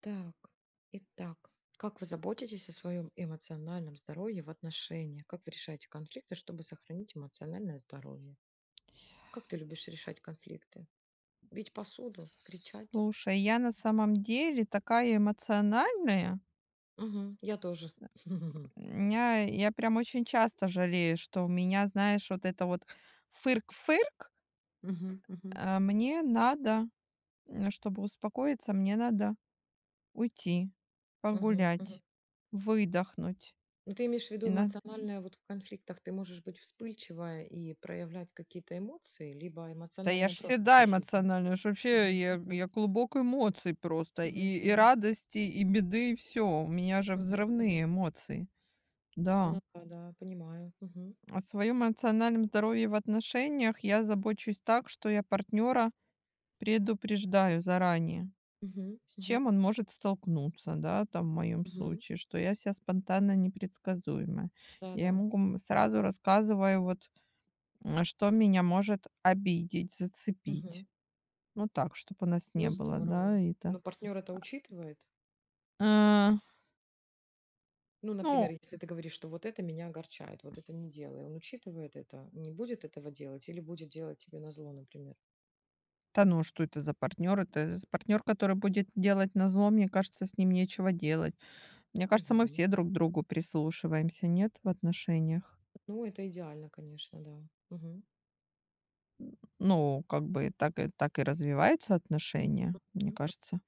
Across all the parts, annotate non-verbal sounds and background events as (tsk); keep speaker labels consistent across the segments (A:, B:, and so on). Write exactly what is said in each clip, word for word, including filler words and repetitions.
A: Так, итак, как вы заботитесь о своем эмоциональном здоровье в отношениях? Как вы решаете конфликты, чтобы сохранить эмоциональное здоровье? Как ты любишь решать конфликты? Бить посуду? Кричать?
B: Слушай, я на самом деле такая эмоциональная.
A: Мгм, я тоже. (laughs) Мгм.
B: Меня, я прям очень часто жалею, что у меня, знаешь, вот это вот фырк-фырк.
A: Мгм,
B: э, Мне надо, м, чтобы успокоиться, мне надо уйти,
A: мгм, мгм.
B: погулять, выдохнуть.
A: Ну, ты имеешь в
B: И
A: виду
B: на-
A: эмоциональное, вот в конфликтах ты можешь быть вспыльчивая и проявлять какие-то эмоции, либо
B: Да я ж
A: эмоциональное просто
B: всегда
A: по жизни.
B: эмоциональная, уж вообще
A: Мгм,
B: я,
A: мгм,
B: я клубок эмоций просто.
A: мгм,
B: И, и
A: мгм,
B: радости, и беды, и все. У меня же
A: мгм, мгм.
B: взрывные эмоции.
A: Ну
B: Да.
A: да, да, понимаю. Мгм,
B: О своем эмоциональном здоровье в отношениях я забочусь так, что я партнера предупреждаю заранее,
A: мгм,
B: с
A: мгм.
B: чем он может столкнуться, да, там в моем
A: Мгм.
B: случае, что я вся спонтанно непредсказуемая. Я
A: Да-да.
B: ему гум- сразу рассказываю, вот, м, что меня может обидеть, зацепить.
A: Мгм.
B: Ну, так, чтобы у нас не
A: Ну,
B: было,
A: здорово.
B: да, и это.
A: Но партнер это учитывает?
B: Э,
A: Ну,
B: ну,
A: например, если ты говоришь, что вот это меня огорчает, вот это не делай, он учитывает это, не будет этого делать или будет делать тебе назло, например?
B: да ну, а что это за партнер? Это партнер, который будет делать назло, мне кажется, с ним нечего делать. Мне кажется, мы
A: Мгм.
B: все друг к другу прислушиваемся, нет, в отношениях?
A: Ну, это идеально, конечно, да. Мгм.
B: Ну, как бы так и так и развиваются отношения, мне
A: Мгм.
B: кажется,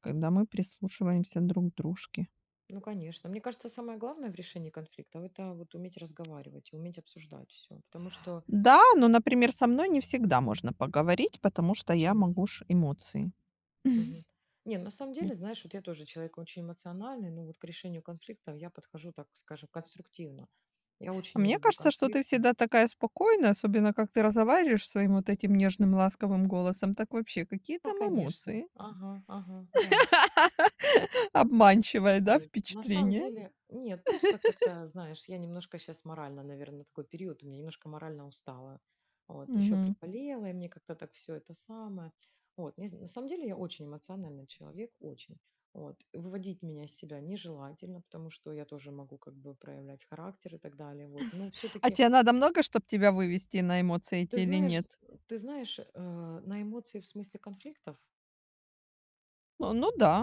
B: когда мы прислушиваемся друг к дружке.
A: Ну, конечно. Мне кажется, самое главное в решении конфликтов — это вот уметь разговаривать и уметь обсуждать все. Потому что…
B: Да, но, например, со мной не всегда можно поговорить, потому что я
A: Почему?
B: могу ж эмоции.
A: Мгм. Не, на самом
B: Ну,
A: деле, знаешь, вот я тоже человек очень эмоциональный, но вот к решению конфликтов я подхожу, так скажем, конструктивно. Я
B: а
A: очень не
B: мне
A: люблю
B: кажется, что ты
A: конфликты.
B: всегда такая спокойная, особенно как ты разговариваешь своим вот этим нежным, ласковым голосом. Так вообще, какие
A: Да,
B: там
A: конечно.
B: эмоции?
A: Ага, ага, да.
B: (laughs) Обманчивое, да,
A: Нет, на самом
B: впечатление?
A: деле, нет, просто как-то, знаешь, я немножко сейчас морально, наверное, такой период, у меня немножко морально устала. Вот, еще
B: Мгм.
A: приболела, и мне как-то так все это самое. Вот, не з- на самом деле я очень эмоциональный человек, очень. Вот, выводить меня из себя нежелательно, потому что я тоже могу как бы проявлять характер и так далее. Вот, но
B: А
A: все-таки,
B: тебе надо много, чтобы тебя вывести на эмоции
A: ты
B: эти или
A: знаешь,
B: нет?
A: ты знаешь, э, на эмоции в смысле конфликтов.
B: Ну ну да.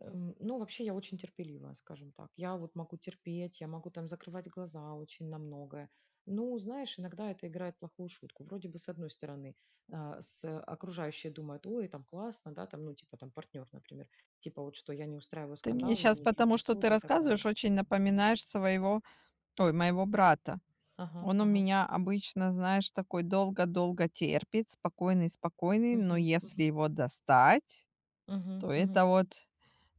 A: Эм, ну, вообще, я очень терпеливая, скажем так. Я вот могу терпеть, я могу там закрывать глаза очень на многое. Ну, знаешь, иногда это играет плохую шутку. Вроде бы, с одной стороны, а, с окружающие думают, ой, там классно, да, там, ну, типа, там, партнер, например, типа, вот что я не устраиваю
B: Ты мне
A: скандал, я
B: сейчас,
A: не бью
B: потому что ты
A: посуду и так
B: рассказываешь,
A: далее.
B: очень напоминаешь своего ой, моего брата.
A: Ага,
B: Он у
A: ага.
B: меня обычно, знаешь, такой долго-долго терпит, спокойный-спокойный, но
A: Мгм,
B: если
A: мгм,
B: его достать,
A: мгм,
B: то это
A: мгм.
B: вот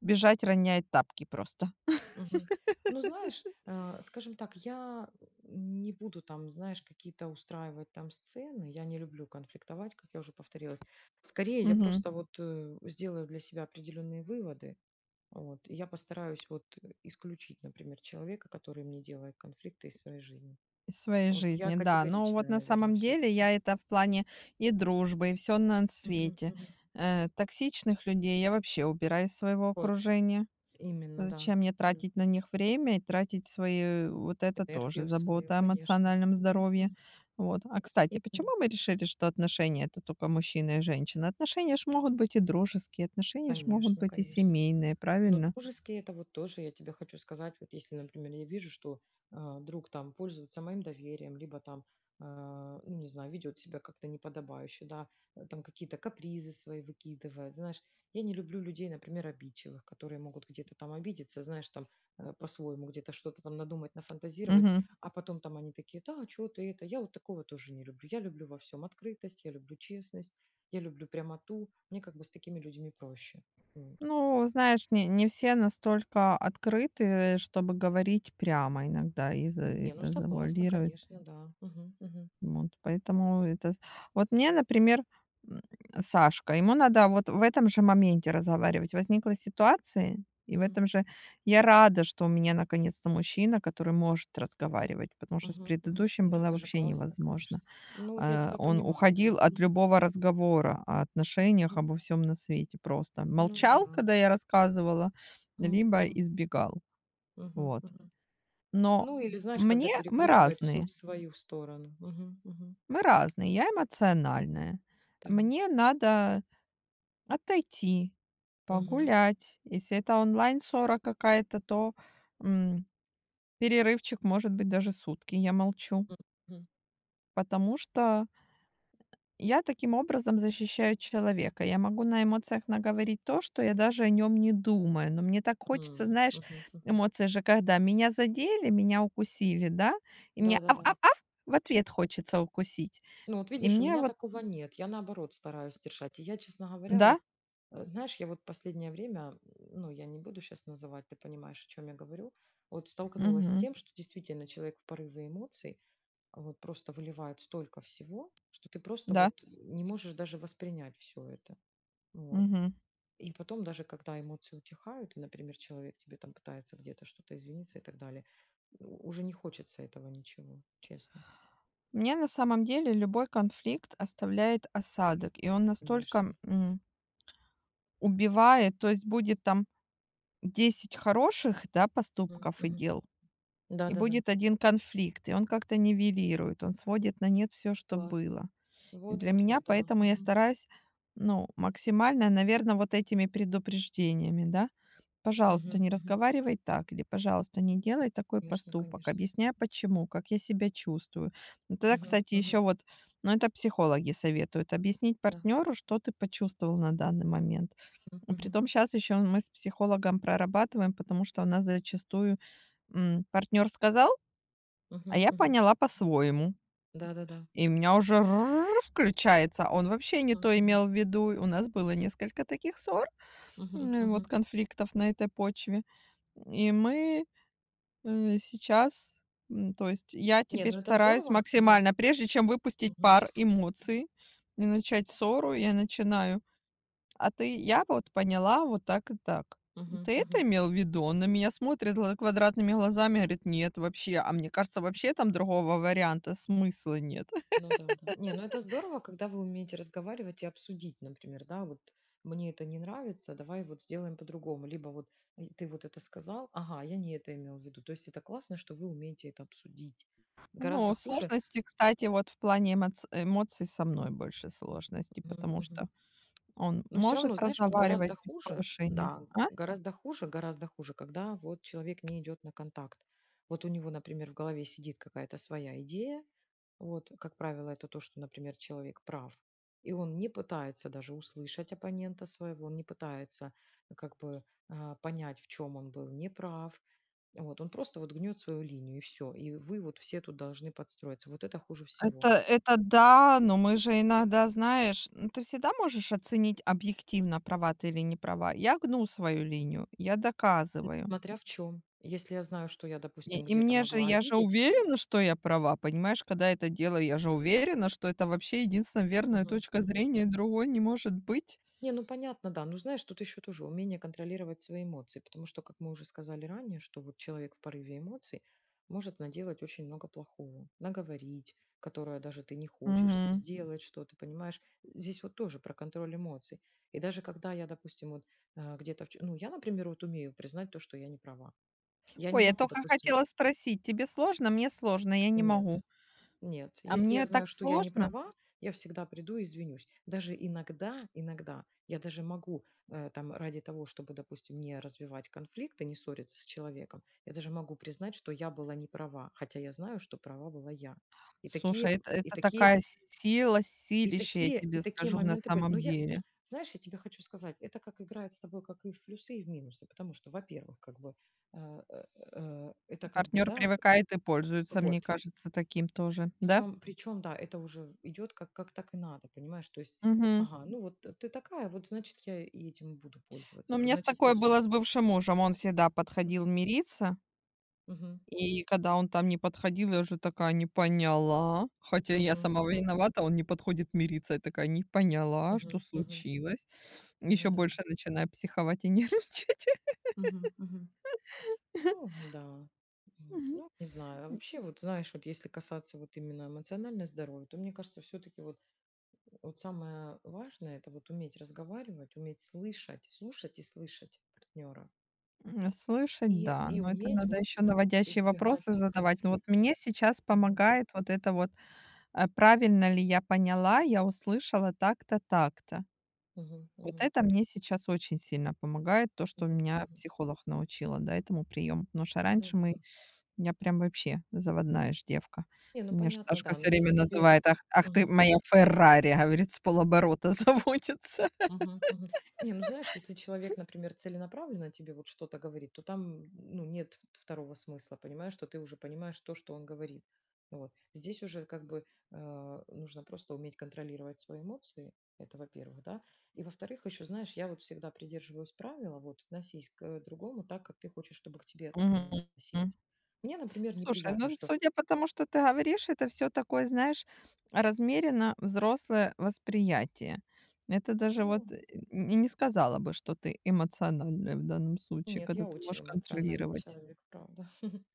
B: бежать, роняет тапки просто.
A: Мгм. Ну, знаешь, э, скажем так, я не буду там, знаешь, какие-то устраивать там сцены. Я не люблю конфликтовать, как я уже повторилась. Скорее, я
B: Мгм.
A: просто, мгм, вот э, сделаю для себя определенные выводы. Вот, и я постараюсь вот э, исключить, например, человека, который мне делает конфликты из своей жизни.
B: Из своей
A: Вот я
B: жизни, да. Но вот
A: категоричная,
B: на
A: наверное,
B: самом деле
A: все-таки.
B: я это в плане и дружбы, и все на свете. Э, токсичных людей я вообще убираю из своего
A: Вот,
B: окружения.
A: именно, да.
B: Зачем мне тратить на
A: Абсолютно.
B: них время и тратить свои э, вот это тоже
A: Энергию свою,
B: забота о
A: конечно.
B: эмоциональном
A: Мгм.
B: здоровье.
A: Мгм.
B: Вот. А, кстати,
A: Именно.
B: почему мы решили, что отношения это только мужчина и женщина? Отношения ж могут быть и дружеские, отношения ж могут
A: Конечно,
B: быть и
A: конечно.
B: семейные,
A: Но
B: правильно?
A: дружеские — это вот тоже, я тебе хочу сказать, вот если, например, я вижу, что, а, друг там пользуется моим доверием, либо там, а, ну, не знаю, ведет себя как-то неподобающе, да, э, там какие-то капризы свои выкидывает. Знаешь, я не люблю людей, например, обидчивых, которые могут где-то там обидеться, знаешь, там, э, по-своему где-то что-то там надумать, нафантазировать,
B: Мгм.
A: а потом там они такие: "Да, что ты это?" Я вот такого тоже не люблю. Я люблю во всем открытость, я люблю честность, я люблю прямоту. Мне как бы с такими людьми проще. М.
B: Ну, знаешь, не, не все настолько открыты, э, чтобы говорить прямо иногда из-за
A: Не, ну
B: это.
A: согласна, конечно, да. Мгм, мгм,
B: Вот, поэтому это. Вот мне, например, м, Сашка, ему надо вот в этом же моменте разговаривать. Возникла ситуация, и в
A: мгм,
B: этом же я рада, что у меня наконец-то мужчина, который может разговаривать, потому что с
A: мгм, мгм.
B: предыдущим
A: Ну,
B: было
A: это же
B: вообще
A: классно,
B: невозможно.
A: конечно. Ну, вот я
B: Э,
A: тебя
B: он
A: понимаю, да.
B: уходил от
A: Мгм,
B: любого разговора о
A: мгм,
B: отношениях,
A: мгм.
B: обо всем на свете просто.
A: Ну
B: Молчал,
A: да.
B: когда я рассказывала,
A: Мгм,
B: либо
A: мгм,
B: избегал.
A: мгм,
B: Вот.
A: мгм.
B: Но
A: Ну, или знаешь, когда
B: мне мы
A: перекручивает все
B: разные.
A: в свою сторону. Мгм, мгм.
B: Мы разные, я эмоциональная.
A: Так.
B: Мне надо отойти,
A: Мгм,
B: погулять. Если это онлайн-ссора какая-то, то, м, перерывчик может быть даже сутки. Я молчу,
A: м, мгм.
B: потому что я таким образом защищаю человека. Я могу на эмоциях наговорить то, что я даже о нем не думаю. Но мне так хочется,
A: М,
B: знаешь,
A: мгм, мгм.
B: эмоции же когда: меня задели, меня укусили, да, и мне: "Ав,
A: Да-да-да.
B: ав, ав!" В ответ хочется укусить.
A: Ну, вот
B: И
A: видишь, у
B: мне
A: меня
B: вот
A: такого нет. Я наоборот стараюсь держать. И я, честно говоря,
B: да,
A: вот, э, знаешь, я вот последнее время, ну, я не буду сейчас называть, ты понимаешь, о чем я говорю, вот столкнулась с
B: мгм,
A: тем, что действительно человек в порыве эмоций а, вот просто выливает столько всего, что ты просто
B: да.
A: вот не можешь даже воспринять все это. Вот.
B: Мгм.
A: И потом даже когда эмоции утихают, и, например, человек тебе там пытается где-то что-то извиниться и так далее, у- уже не хочется этого ничего, честно,
B: Мне на самом деле любой конфликт оставляет осадок, и он настолько,
A: конечно.
B: м, убивает, то есть будет там десять хороших, да, поступков и дел, и
A: Да-да-да.
B: будет один конфликт, и он как-то нивелирует, он сводит на нет все, что
A: Классно.
B: было. И
A: Вот
B: для
A: вот
B: меня
A: вот, да.
B: поэтому я
A: Мгм.
B: стараюсь, ну, максимально, наверное, вот этими предупреждениями, да, пожалуйста,
A: Мгм,
B: не
A: мгм.
B: разговаривай так или, пожалуйста, не делай такой
A: Конечно,
B: поступок.
A: конечно.
B: Объясняй почему, как я себя чувствую. Ну, тогда,
A: Мгм,
B: кстати, еще
A: мгм.
B: вот, ну это психологи советуют, объяснить
A: Да.
B: партнеру, что ты почувствовал на данный момент.
A: М,
B: Ну,
A: мгм,
B: притом сейчас еще мы с психологом прорабатываем, потому что у нас зачастую м, партнер сказал, а
A: мгм,
B: я
A: мгм.
B: поняла по-своему.
A: Да-да-да.
B: И у меня уже (laughs) включается, а он вообще не
A: М,
B: то
A: мгм.
B: имел в виду. И у нас было несколько таких ссор,
A: Мгм,
B: м, вот
A: мгм.
B: конфликтов на этой почве. И мы Э, сейчас, м, то есть я
A: Не,
B: теперь
A: ну это
B: стараюсь
A: здорово, но эт
B: максимально, прежде чем выпустить
A: мгм,
B: пар эмоций и начать ссору, я начинаю: "А ты Я вот поняла вот так и так.
A: мгм,
B: Ты это
A: мгм.
B: имел в виду?" Он на меня смотрит гла квадратными глазами, говорит: "Нет, вообще". А мне кажется, вообще там другого варианта смысла нет. (laughs)
A: Ну да-да. Не, ну это здорово, когда вы умеете разговаривать и обсудить, например, да, вот: "Мне это не нравится, давай вот сделаем по-другому". Либо вот: "Ай, ты вот это сказал, ага, я не это имел в виду". То есть это классно, что вы умеете это обсудить.
B: Ну
A: Гораздо хуже.
B: сложности, кстати, вот в плане эмоц эмоций со мной больше сложности,
A: Мгм,
B: потому
A: мгм.
B: что он
A: Но все
B: может
A: равно, знаешь, вот
B: разговаривать
A: гораздо
B: без
A: хуже,
B: повышения.
A: да,
B: А?
A: гораздо хуже, гораздо хуже, когда вот человек не идет на контакт. Вот у него, например, в голове сидит какая-то своя идея, вот, как правило, это то, что, например, человек прав, и он не пытается даже услышать оппонента своего, он не пытается, э, как бы, а, понять, в чем он был неправ, вот, он просто вот гнет свою линию и все, и вы вот все тут должны подстроиться. Вот это хуже
B: Это
A: всего.
B: это да, но мы же иногда, знаешь, ну, ты всегда можешь оценить объективно, права ты или не права. Я гну свою линию, я доказываю.
A: Смотря в чем. Если я знаю, что я,
B: И
A: допустим,
B: и
A: где-то
B: мне же
A: могла
B: я же
A: обидеть.
B: уверена, что я права, понимаешь? Когда это делаю, я же уверена, что это вообще единственная верная
A: Мгм,
B: точка
A: мгм.
B: зрения, другой не может быть.
A: Не, ну понятно, да. Ну знаешь, тут еще тоже умение контролировать свои эмоции, потому что, как мы уже сказали ранее, что вот человек в порыве эмоций может наделать очень много плохого, наговорить, которое даже ты не хочешь, там,
B: Мгм.
A: сделать что-то, понимаешь? Здесь вот тоже про контроль эмоций. И даже когда я, допустим, вот э, где-то, в ч- ну я, например, вот умею признать то, что я не права. Я не
B: Ой, я
A: могу,
B: только
A: допустим,
B: хотела спросить, тебе сложно? Мне сложно, я не
A: нет,
B: могу.
A: нет,
B: А
A: если я
B: мне
A: знаю,
B: так
A: что я не
B: сложно.
A: права, я всегда приду и извинюсь. Даже иногда, иногда я даже могу э, там ради того, чтобы, допустим, не развивать конфликты, не ссориться с человеком, я даже могу признать, что я была не права, хотя я знаю, что права была я. И
B: Слушай,
A: такие,
B: это
A: и
B: это
A: такие,
B: такая сила,
A: и
B: силище, я
A: такие, и
B: тебе
A: такие
B: скажу на
A: моменты были. Но
B: самом
A: я, (tsk)
B: деле.
A: знаешь, я тебе хочу сказать, это как играет с тобой, как и в плюсы, и в минусы, потому что, во-первых, как бы э, э, э, это как бы,
B: Партнер
A: да,
B: привыкает и пользуется, мне
A: вот.
B: кажется, таким тоже, да?
A: Причем причем, да, это уже идет как как так и надо, понимаешь? То есть,
B: Мгм.
A: ага, ну вот э, ты такая, вот значит, я и этим буду
B: Ну,
A: пользоваться.
B: у
A: Вот
B: меня с
A: значит, ты
B: такое
A: все.
B: было с бывшим мужем. Он всегда подходил мириться,
A: Мгм.
B: и когда он там не подходил, я уже такая: "Не поняла". Хотя я
A: Мгм.
B: сама
A: Мгм.
B: виновата, он не подходит мириться. Я такая: "Не поняла, что
A: Мгм. Мгм.
B: случилось?" Еще
A: Ну да.
B: больше начинаю психовать и (laughs) нервничать.
A: Мгм. Мгм. Ну да. Вот.
B: Мгм.
A: Ну, не знаю. А вообще, вот знаешь, вот если касаться вот именно эмоционального здоровья, то мне кажется, все-таки вот, вот самое важное это вот уметь разговаривать, уметь слышать, слушать и слышать партнера.
B: М, слышать,
A: И
B: да,
A: и
B: но
A: мгм,
B: это
A: уметь
B: надо
A: вот
B: еще наводящие вопросы
A: избегать
B: задавать. Но вот
A: конфликтов.
B: мне сейчас
A: Мгм.
B: помогает вот это вот. А правильно ли я поняла, я услышала так-то, так-то.
A: Мгм.
B: Вот
A: Мгм.
B: это мне сейчас очень сильно помогает, то, что
A: Мгм.
B: меня
A: Мгм.
B: психолог научила, да, этому приему. Потому что
A: Ну
B: раньше
A: да.
B: мы я прям вообще заводная ж девка.
A: Не, ну
B: Меня ж
A: понятно,
B: Сашка
A: да. Но
B: все время
A: если тебе
B: называет: "Ах ах ты
A: мгм.
B: моя Феррари", говорит, с полоборота (laughs) заводится.
A: Мгм, мгм. Не, ну знаешь, если человек, например, целенаправленно тебе вот что-то говорит, то там, ну, нет второго смысла, понимаешь, что ты уже понимаешь то, что он говорит. Вот. Здесь уже как бы э, нужно просто уметь контролировать свои эмоции, это во-первых, да. И во-вторых, еще, знаешь, я вот всегда придерживаюсь правила, вот, относись к э, другому так, как ты хочешь, чтобы к тебе
B: Мгм.
A: относились. Мне, например,
B: Слушай,
A: неприятно,
B: ну,
A: что,
B: судя по тому, что ты говоришь, это все такое, знаешь, размеренно взрослое восприятие. Это даже
A: ну,
B: вот и не сказала бы, что ты эмоциональная в данном случае,
A: нет,
B: когда
A: я
B: ты можешь
A: очень эмоциональный
B: контролировать.
A: человек, правда. (laughs)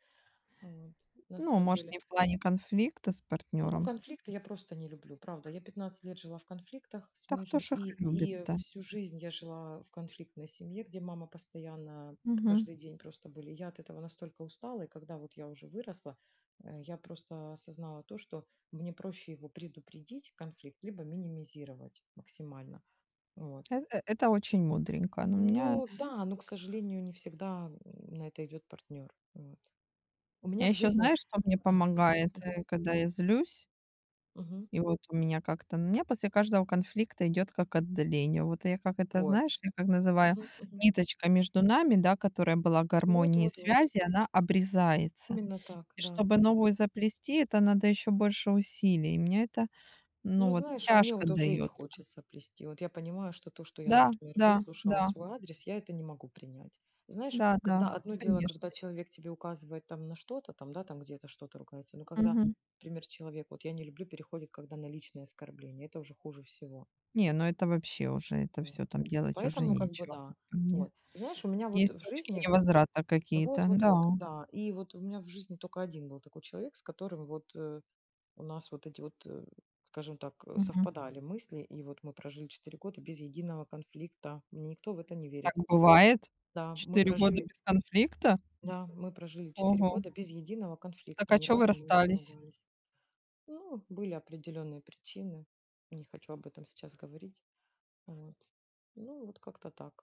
A: Вот. На
B: Ну,
A: самом
B: может, не
A: деле.
B: в плане конфликта с
A: Ну,
B: партнером.
A: конфликты я просто не люблю, правда. Я 15 лет жила в конфликтах с
B: Да кто
A: мужем,
B: ж их
A: и, и
B: любит-то?
A: всю жизнь я жила в конфликтной семье, где мама постоянно,
B: Мгм.
A: каждый день просто были. Я от этого настолько устала, и когда вот я уже выросла, э, я просто осознала то, что мне проще его предупредить, конфликт, либо минимизировать максимально. Вот.
B: Э э- это очень мудренько. Но у меня
A: Ну да, но, к сожалению, не всегда м, на это идет партнер. Вот. У меня
B: я
A: в
B: еще,
A: жизни...
B: знаешь, что мне
A: а, мгм,
B: помогает, э,
A: мгм,
B: когда я злюсь?
A: мгм.
B: И вот у меня как-то у меня после каждого конфликта идет как отдаление. Вот я как это,
A: Вот.
B: знаешь, я как называю,
A: Мгм, мгм.
B: ниточка между нами, да, которая была
A: Вот
B: гармонии и
A: вот вот.
B: связи, она обрезается.
A: Именно так,
B: И
A: да.
B: чтобы новую заплести, это надо еще больше усилий. И мне это, ну,
A: Ну,
B: вот
A: знаешь, а мне
B: тяжко
A: вот уже и не
B: дается.
A: хочется плести. Вот я понимаю, что то, что я,
B: Да,
A: например,
B: да,
A: выслушала в
B: да.
A: свой адрес, я это не могу принять. Знаешь,
B: Да-да,
A: когда одно дело,
B: конечно,
A: когда
B: есть.
A: человек тебе указывает там на что-то, там, да, там где-то что-то ругается, но когда,
B: Мгм.
A: например, человек, вот я не люблю, переходит, когда на личное оскорбление, это уже хуже всего.
B: Не, ну это вообще уже, это
A: Вот.
B: все там делать уже
A: Поэтому, как бы,
B: нечего,
A: да,
B: как по мне.
A: вот. Знаешь, у меня вот
B: Есть
A: в
B: точки
A: жизни,
B: невозврата какие-то, да.
A: вот-вот-вот, да, и вот у меня в жизни только один был такой человек, с которым вот э, у нас вот эти вот, э, скажем так, э,
B: Мгм.
A: совпадали мысли, и вот мы прожили четыре года без единого конфликта. Мне никто в это не
B: Так
A: верит.
B: бывает?
A: Да, мы
B: Четыре года
A: прожили,
B: без конфликта?
A: да, мы прожили четыре
B: Ого.
A: года без единого
B: Так
A: конфликта,
B: а
A: ни
B: чё вы
A: разу мы не
B: расстались?
A: поругались. Ну, были определенные причины, не хочу об этом сейчас говорить. Вот. Ну, вот как-то так.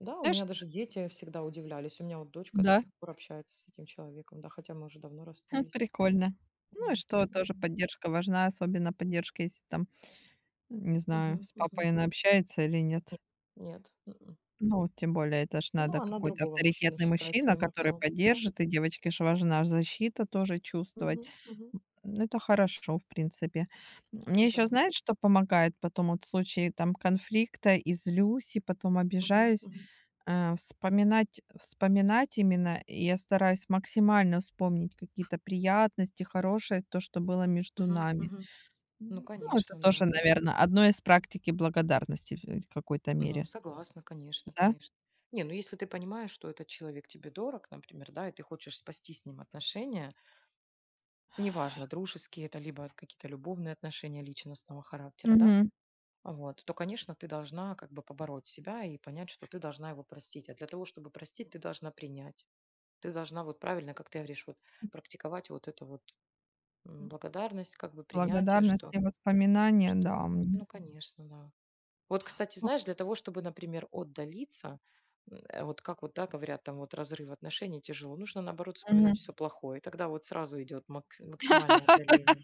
A: Да, у
B: Знаешь
A: меня даже дети всегда удивлялись. У меня вот дочка до
B: да,
A: сих пор общается с этим человеком, да, хотя мы уже давно
B: (laughs)
A: расстались.
B: прикольно. Ну и
A: Вот.
B: что, тоже
A: Мгм.
B: поддержка важна, особенно поддержка, если там, не знаю,
A: Мгм,
B: с
A: мгм.
B: папой она общается или нет.
A: Нет. Мгм.
B: Ну, тем более, это ж
A: Ну,
B: надо
A: она
B: какой-то
A: другого мужчину
B: авторитетный
A: считает
B: мужчина,
A: своим
B: который
A: отцом, да?
B: поддержит, и девочке ж важна защита тоже чувствовать.
A: Мгм, мгм.
B: М, ну, это хорошо, в принципе.
A: Ну
B: Мне
A: да.
B: еще, знаешь, что помогает потом вот в случае там конфликта и злюсь, и потом
A: Мгм,
B: обижаюсь,
A: мгм,
B: э, вспоминать вспоминать именно, и я стараюсь максимально вспомнить какие-то приятности, хорошее, то, что было между
A: мгм,
B: нами.
A: мгм. Ну,
B: Мгм. Ну, это
A: конечно,
B: тоже,
A: да.
B: наверное, одно из практики благодарности в, э, в какой-то
A: Ну,
B: мере,
A: согласна, конечно,
B: да?
A: конечно. Не, ну если ты понимаешь, что этот человек тебе дорог, например, да, и ты хочешь спасти с ним отношения, неважно, дружеские это, либо какие-то любовные отношения личностного характера, да,
B: Мгм.
A: вот, то, конечно, ты должна как бы побороть себя и понять, что ты должна его простить. А для того, чтобы простить, ты должна принять. Ты должна вот правильно, как ты говоришь, вот практиковать вот это вот, м, благодарность, как бы принятие,
B: Благодарность
A: что
B: и воспоминания, да,
A: что
B: м.
A: ну, конечно, да. Вот, кстати,
B: Ну,
A: знаешь, для того, чтобы, например, отдалиться, м, э, вот как вот, да, говорят, там вот разрыв отношений тяжело, нужно, наоборот,
B: мгм.
A: вспоминать все плохое. Тогда вот сразу идет макс максимальное
B: (laughs)
A: отдаление.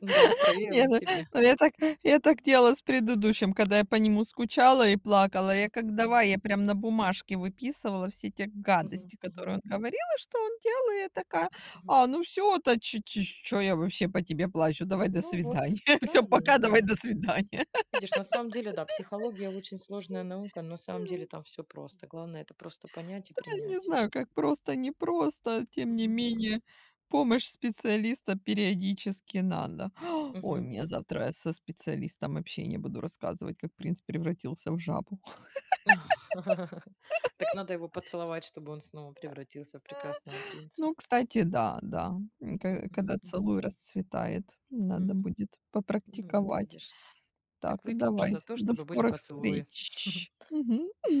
A: Да, проверил
B: Не,
A: он
B: ну
A: себе.
B: ну я так я так делала с предыдущим, когда я по нему скучала и плакала. Я как
A: Мгм.
B: давай, я прям на бумажке выписывала все те
A: Мгм.
B: гадости,
A: Мгм.
B: которые он говорил и что он делал. И я такая:
A: Мгм.
B: "А, ну все та что я вообще по тебе плачу? Давай, до
A: Ну вот,
B: свидания. (laughs) Все
A: правильно,
B: пока, давай,
A: да.
B: до свидания".
A: Видишь, на самом деле, да, психология очень сложная наука, но на самом деле там
B: (laughs)
A: все просто. Главное — это просто понять и
B: (laughs) Не
A: принять.
B: знаю, как просто, не просто, тем не
A: Мгм.
B: менее,
A: Мгм.
B: помощь специалиста периодически надо. (gasps) Ой,
A: Мгм.
B: мне
A: Мгм.
B: завтра я со специалистом вообще не буду рассказывать, как принц превратился в жабу. (gasps) (laughs)
A: (laughs) Так надо его поцеловать, чтобы он снова превратился в прекрасного принца.
B: Ну, кстати, да, да, м,
A: Мгм,
B: ка- когда
A: мгм,
B: целуй расцветает, надо
A: мгм.
B: будет
A: Ну вот
B: попрактиковать.
A: видишь.
B: Так,
A: Так выпьем же
B: давай,
A: за то,
B: до
A: чтобы были
B: скорых
A: поцелуи. (laughs)
B: встреч. Мгм.